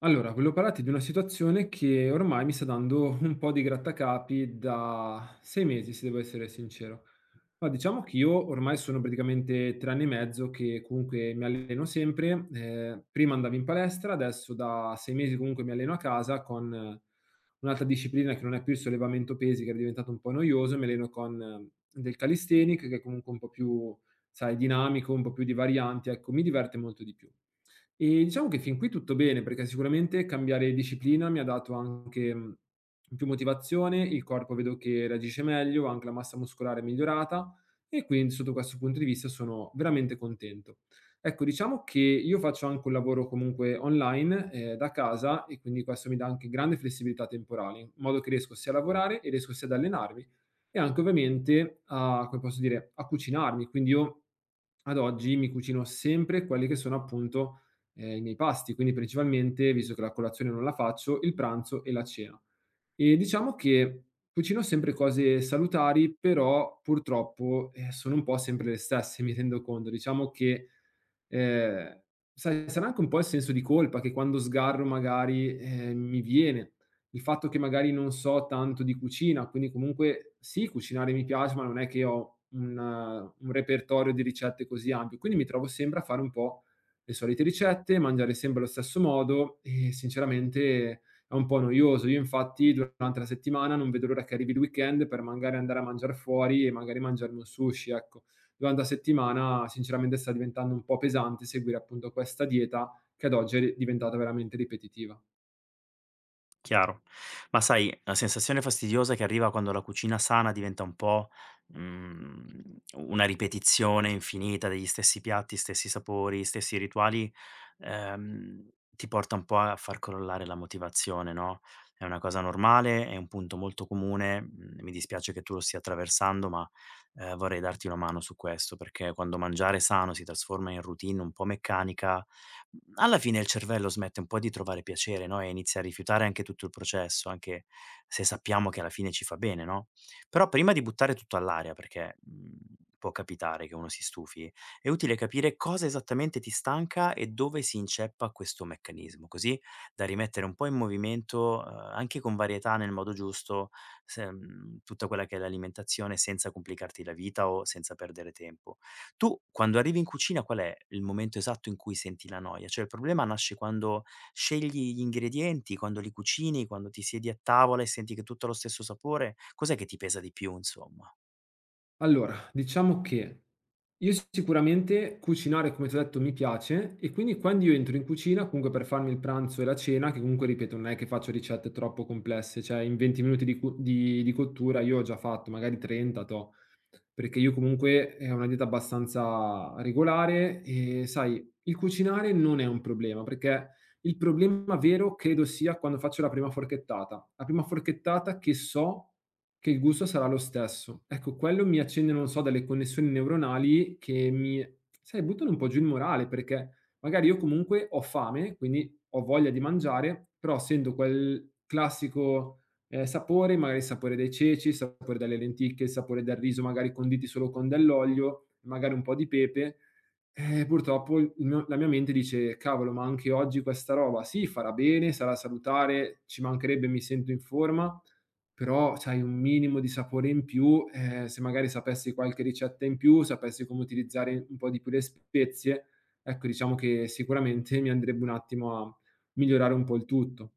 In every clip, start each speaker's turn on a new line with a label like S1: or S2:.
S1: Allora, volevo parlarti di una situazione che ormai mi sta dando un po' di grattacapi da 6 mesi, se devo essere sincero. No, diciamo che io ormai sono praticamente 3 anni e mezzo che comunque mi alleno sempre. Prima andavo in palestra, adesso da 6 mesi comunque mi alleno a casa con un'altra disciplina che non è più il sollevamento pesi, che era diventato un po' noioso, mi alleno con del calisthenic che è comunque un po' più, sai, dinamico, un po' più di varianti, ecco, mi diverte molto di più. Diciamo che fin qui tutto bene, perché sicuramente cambiare disciplina mi ha dato anche, più motivazione, il corpo vedo che reagisce meglio, anche la massa muscolare è migliorata e quindi sotto questo punto di vista sono veramente contento. Ecco, diciamo che io faccio anche un lavoro comunque online, da casa e quindi questo mi dà anche grande flessibilità temporale, in modo che riesco sia a lavorare e riesco sia ad allenarmi e anche ovviamente a come posso dire, a cucinarmi. Quindi io ad oggi mi cucino sempre quelli che sono appunto, i miei pasti, quindi principalmente, visto che la colazione non la faccio, il pranzo e la cena. Diciamo che cucino sempre cose salutari, però purtroppo, sono un po' sempre le stesse, mi rendo conto. Diciamo che, ehm, sai, sarà anche un po' il senso di colpa che quando sgarro magari, mi viene. Il fatto che magari non so tanto di cucina, quindi comunque sì, cucinare mi piace, ma non è che ho un repertorio di ricette così ampio, quindi mi trovo sempre a fare un po' le solite ricette, mangiare sempre allo stesso modo e sinceramente è un po' noioso. Io infatti durante la settimana non vedo l'ora che arrivi il weekend per magari andare a mangiare fuori e magari mangiarmi un sushi, ecco. Durante la settimana sinceramente sta diventando un po' pesante seguire appunto questa dieta che ad oggi è ri diventata veramente ripetitiva.
S2: Chiaro. Ma sai, la sensazione fastidiosa che arriva quando la cucina sana diventa un po', mhmm, una ripetizione infinita degli stessi piatti, stessi sapori, stessi rituali, ehm, ti porta un po' a far crollare la motivazione, no? È una cosa normale, è un punto molto comune, mhmm. Mi dispiace che tu lo stia attraversando, ma, vorrei darti una mano su questo, perché quando mangiare sano si trasforma in routine un po' meccanica, mhmm, alla fine il cervello smette un po' di trovare piacere, no, e inizia a rifiutare anche tutto il processo, anche se sappiamo che alla fine ci fa bene, no? Però prima di buttare tutto all'aria, perché può capitare che uno si stufi, è utile capire cosa esattamente ti stanca e dove si inceppa questo meccanismo, così da rimettere un po' in movimento, anche con varietà nel modo giusto, tutta quella che è l'alimentazione senza complicarti la vita o senza perdere tempo. Tu quando arrivi in cucina qual è il momento esatto in cui senti la noia? Cioè il problema nasce quando scegli gli ingredienti, quando li cucini, quando ti siedi a tavola e senti che tutto ha lo stesso sapore? Cos'è che ti pesa di più insomma?
S1: Allora, diciamo che io sicuramente cucinare, come ti ho detto, mi piace e quindi quando io entro in cucina, comunque per farmi il pranzo e la cena, che comunque ripeto non è che faccio ricette troppo complesse, cioè in 20 minuti di cu di cottura io ho già fatto magari 30 toh. Perché io comunque è una dieta abbastanza regolare e sai, il cucinare non è un problema, perché il problema vero credo sia quando faccio la prima forchettata. La prima forchettata che so che il gusto sarà lo stesso. Ecco, quello mi accende, non so, delle connessioni neuronali che mi, sai, buttano un po' giù il morale, perché magari io comunque ho fame, quindi ho voglia di mangiare, però sento quel classico sapore, magari il sapore dei ceci, il sapore delle lenticchie, il sapore del riso magari conditi solo con dell'olio, magari un po' di pepe. Purtroppo il mio la mia mente dice: "Cavolo, ma anche oggi questa roba sì, farà bene, sarà salutare, ci mancherebbe, mi sento in forma", però sai un minimo di sapore in più, se magari sapessi qualche ricetta in più, sapessi come utilizzare un po' di più le spezie, ecco diciamo che sicuramente mi andrebbe un attimo a migliorare un po' il tutto.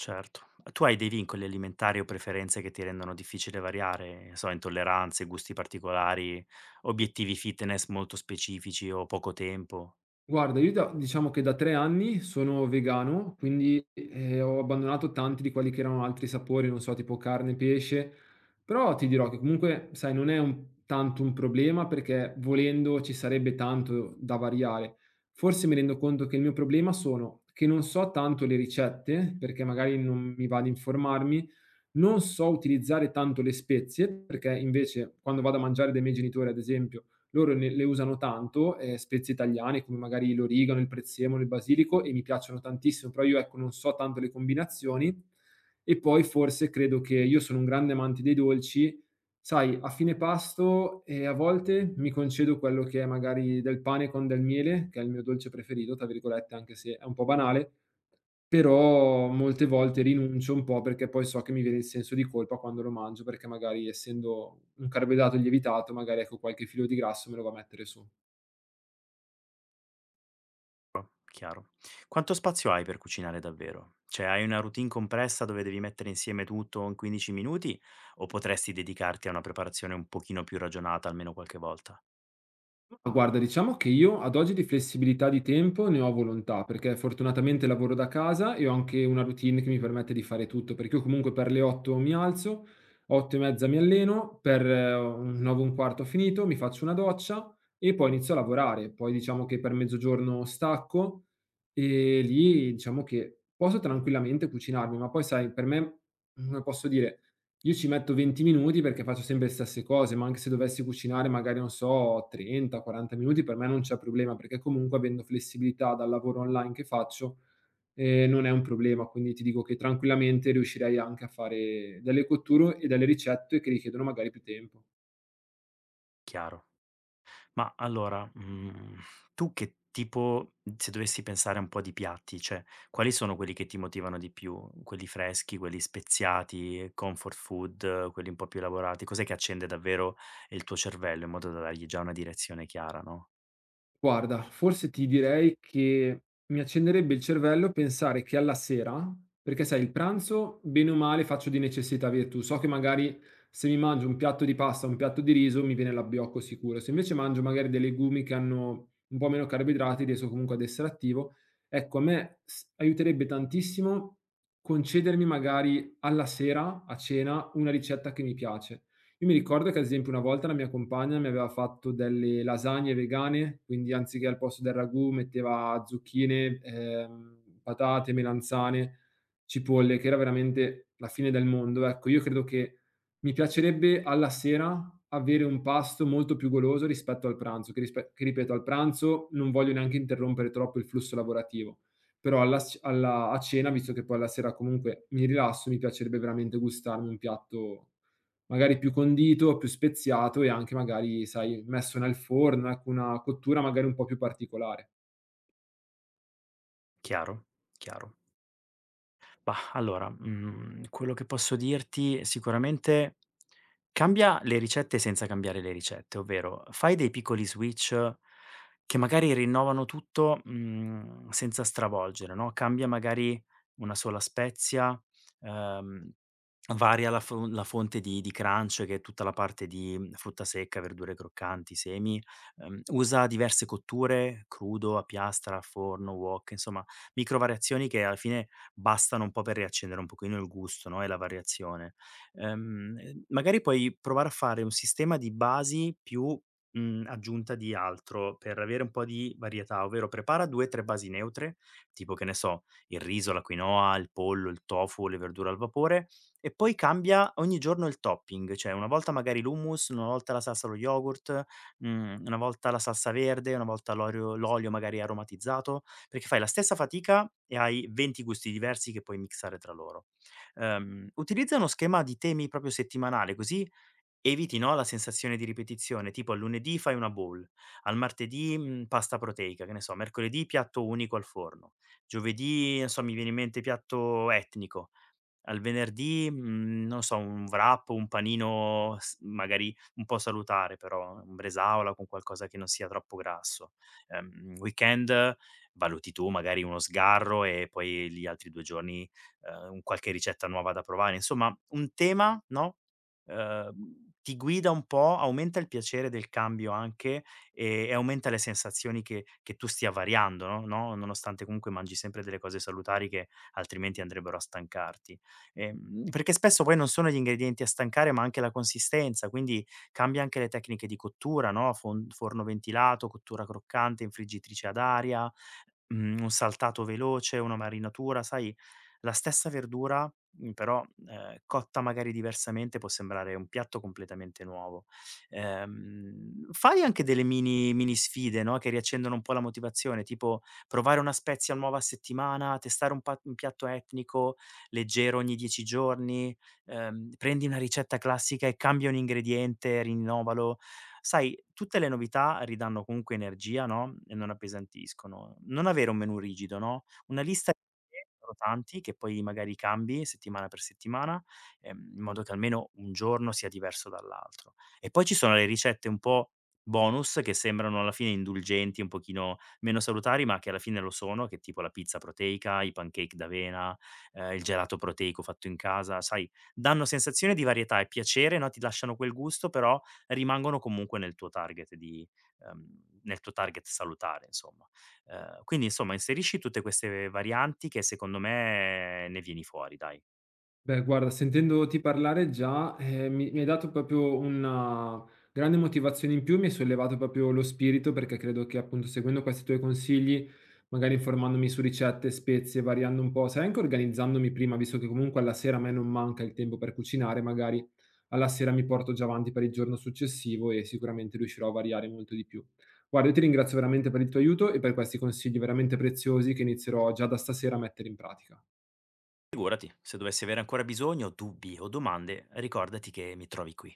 S2: Certo. Tu hai dei vincoli alimentari o preferenze che ti rendono difficile variare? Non so, intolleranze, gusti particolari, obiettivi fitness molto specifici o poco tempo?
S1: Guarda, io da diciamo che da 3 anni sono vegano, quindi, ho abbandonato tanti di quelli che erano altri sapori, non so, tipo carne, pesce, però ti dirò che comunque, sai, non è un tanto un problema perché volendo ci sarebbe tanto da variare. Forse mi rendo conto che il mio problema sono che non so tanto le ricette, perché magari non mi va ad informarmi, non so utilizzare tanto le spezie, perché invece quando vado a mangiare dai miei genitori, ad esempio, loro ne le usano tanto, spezie italiane come magari l'origano, il prezzemolo, il basilico e mi piacciono tantissimo, però io ecco non so tanto le combinazioni. E poi forse credo che io sono un grande amante dei dolci, sai a fine pasto, a volte mi concedo quello che è magari del pane con del miele, che è il mio dolce preferito, tra virgolette, anche se è un po' banale, però molte volte rinuncio un po' perché poi so che mi viene il senso di colpa quando lo mangio, perché magari essendo un carboidrato lievitato, magari, ecco, qualche filo di grasso me lo va a mettere su.
S2: Chiaro. Quanto spazio hai per cucinare davvero? Cioè, hai una routine compressa dove devi mettere insieme tutto in 15 minuti o potresti dedicarti a una preparazione un pochino più ragionata almeno qualche volta?
S1: Ma guarda, diciamo che io ad oggi di flessibilità di tempo ne ho a volontà, perché fortunatamente lavoro da casa e ho anche una routine che mi permette di fare tutto, perché io comunque per le 8 mi alzo, 8 e mezza mi alleno, per un 9 e un quarto ho finito, mi faccio una doccia e poi inizio a lavorare. Poi diciamo che per mezzogiorno stacco e lì diciamo che posso tranquillamente cucinarmi, ma poi sai, per me, come posso dire, io ci metto 20 minuti perché faccio sempre le stesse cose, ma anche se dovessi cucinare magari, non so, 30, 40 minuti per me non c'è problema, perché comunque avendo flessibilità dal lavoro online che faccio, non è un problema. Quindi ti dico che tranquillamente riuscirei anche a fare delle cotture e delle ricette che richiedono magari più tempo.
S2: Chiaro. Ma allora, mhmm, tu che tipo, se dovessi pensare un po' di piatti, cioè, quali sono quelli che ti motivano di più? Quelli freschi, quelli speziati, comfort food, quelli un po' più elaborati? Cos'è che accende davvero il tuo cervello in modo da dargli già una direzione chiara, no?
S1: Guarda, forse ti direi che mi accenderebbe il cervello pensare che alla sera perché sai il pranzo bene o male faccio di necessità virtù. So che magari se mi mangio un piatto di pasta, un piatto di riso mi viene l'abbiocco sicuro. Se invece mangio magari dei legumi che hanno un po' meno carboidrati, riesco comunque ad essere attivo. Ecco, a me s aiuterebbe tantissimo concedermi magari alla sera, a cena, una ricetta che mi piace. Io mi ricordo che ad esempio una volta la mia compagna mi aveva fatto delle lasagne vegane, quindi anziché al posto del ragù metteva zucchine, patate, melanzane, cipolle, che era veramente la fine del mondo. Ecco, io credo che mi piacerebbe alla sera avere un pasto molto più goloso rispetto al pranzo, che ripeto, al pranzo non voglio neanche interrompere troppo il flusso lavorativo, però alla sc alla a cena, visto che poi alla sera comunque mi rilasso, mi piacerebbe veramente gustarmi un piatto magari più condito, più speziato e anche magari, sai, messo nel forno, ecco, una cottura magari un po' più particolare.
S2: Chiaro? Chiaro. Mah, allora, mhmm, quello che posso dirti sicuramente: cambia le ricette senza cambiare le ricette, ovvero fai dei piccoli switch che magari rinnovano tutto, mhmm, senza stravolgere, no? Cambia magari una sola spezia, ehm, varia la fo la fonte di crunch, che è tutta la parte di, mhmm, frutta secca, verdure croccanti, semi, usa diverse cotture, crudo, a piastra, a forno, wok, insomma micro variazioni che alla fine bastano un po' per riaccendere un pochino il gusto, no, e la variazione. Magari puoi provare a fare un sistema di basi più, mhmm, aggiunta di altro per avere un po' di varietà, ovvero prepara 2, 3 basi neutre, tipo che ne so, il riso, la quinoa, il pollo, il tofu, le verdure al vapore, e poi cambia ogni giorno il topping, cioè una volta magari l'hummus, una volta la salsa allo yogurt, mhmm, una volta la salsa verde, una volta l'olio magari aromatizzato. Perché fai la stessa fatica e hai 20 gusti diversi che puoi mixare tra loro. Utilizza uno schema di temi proprio settimanale, così eviti, no, la sensazione di ripetizione, tipo al lunedì fai una bowl, al martedì, mhmm, pasta proteica, che ne so, mercoledì piatto unico al forno, giovedì, non so, mi viene in mente piatto etnico, al venerdì, mhmm, non so, un wrap, un panino s magari un po' salutare però, un bresaola con qualcosa che non sia troppo grasso. Weekend valuti tu magari uno sgarro e poi gli altri 2 giorni, un qualche ricetta nuova da provare. Insomma, un tema, no, ti guida un po', aumenta il piacere del cambio anche e aumenta le sensazioni che tu stia variando, no, nonostante comunque mangi sempre delle cose salutari che altrimenti andrebbero a stancarti. Perché spesso poi non sono gli ingredienti a stancare, ma anche la consistenza, quindi cambia anche le tecniche di cottura, no, fon forno ventilato, cottura croccante, infriggitrice ad aria, mhmm, un saltato veloce, una marinatura, sai, la stessa verdura, mhmm, però, cotta magari diversamente può sembrare un piatto completamente nuovo. Fai anche delle mini sfide, no, che riaccendono un po' la motivazione, tipo provare una spezia nuova a settimana, testare un piatto etnico, leggero ogni 10 giorni, prendi una ricetta classica e cambia un ingrediente, rinnovalo. Sai, tutte le novità ridanno comunque energia, no, e non appesantiscono. Non avere un menù rigido, no, una lista di idee, sono tanti che poi magari cambi settimana per settimana, in modo che almeno un giorno sia diverso dall'altro. E poi ci sono le ricette un po' bonus che sembrano alla fine indulgenti, un pochino meno salutari, ma che alla fine lo sono, che tipo la pizza proteica, i pancake d'avena, il gelato proteico fatto in casa, sai, danno sensazione di varietà e piacere, no, ti lasciano quel gusto, però rimangono comunque nel tuo target di nel tuo target salutare insomma. Quindi insomma inserisci tutte queste varianti che secondo me ne vieni fuori dai.
S1: Beh, guarda, sentendoti parlare già, mi hai dato proprio una grande motivazione in più, mi hai sollevato proprio lo spirito, perché credo che appunto seguendo questi tuoi consigli, magari informandomi su ricette, spezie, variando un po', sai, anche organizzandomi prima, visto che comunque alla sera a me non manca il tempo per cucinare, magari alla sera mi porto già avanti per il giorno successivo e sicuramente riuscirò a variare molto di più. Guarda, io ti ringrazio veramente per il tuo aiuto e per questi consigli veramente preziosi che inizierò già da stasera a mettere in pratica.
S2: Figurati, se dovessi avere ancora bisogno, dubbi o domande, ricordati che mi trovi qui.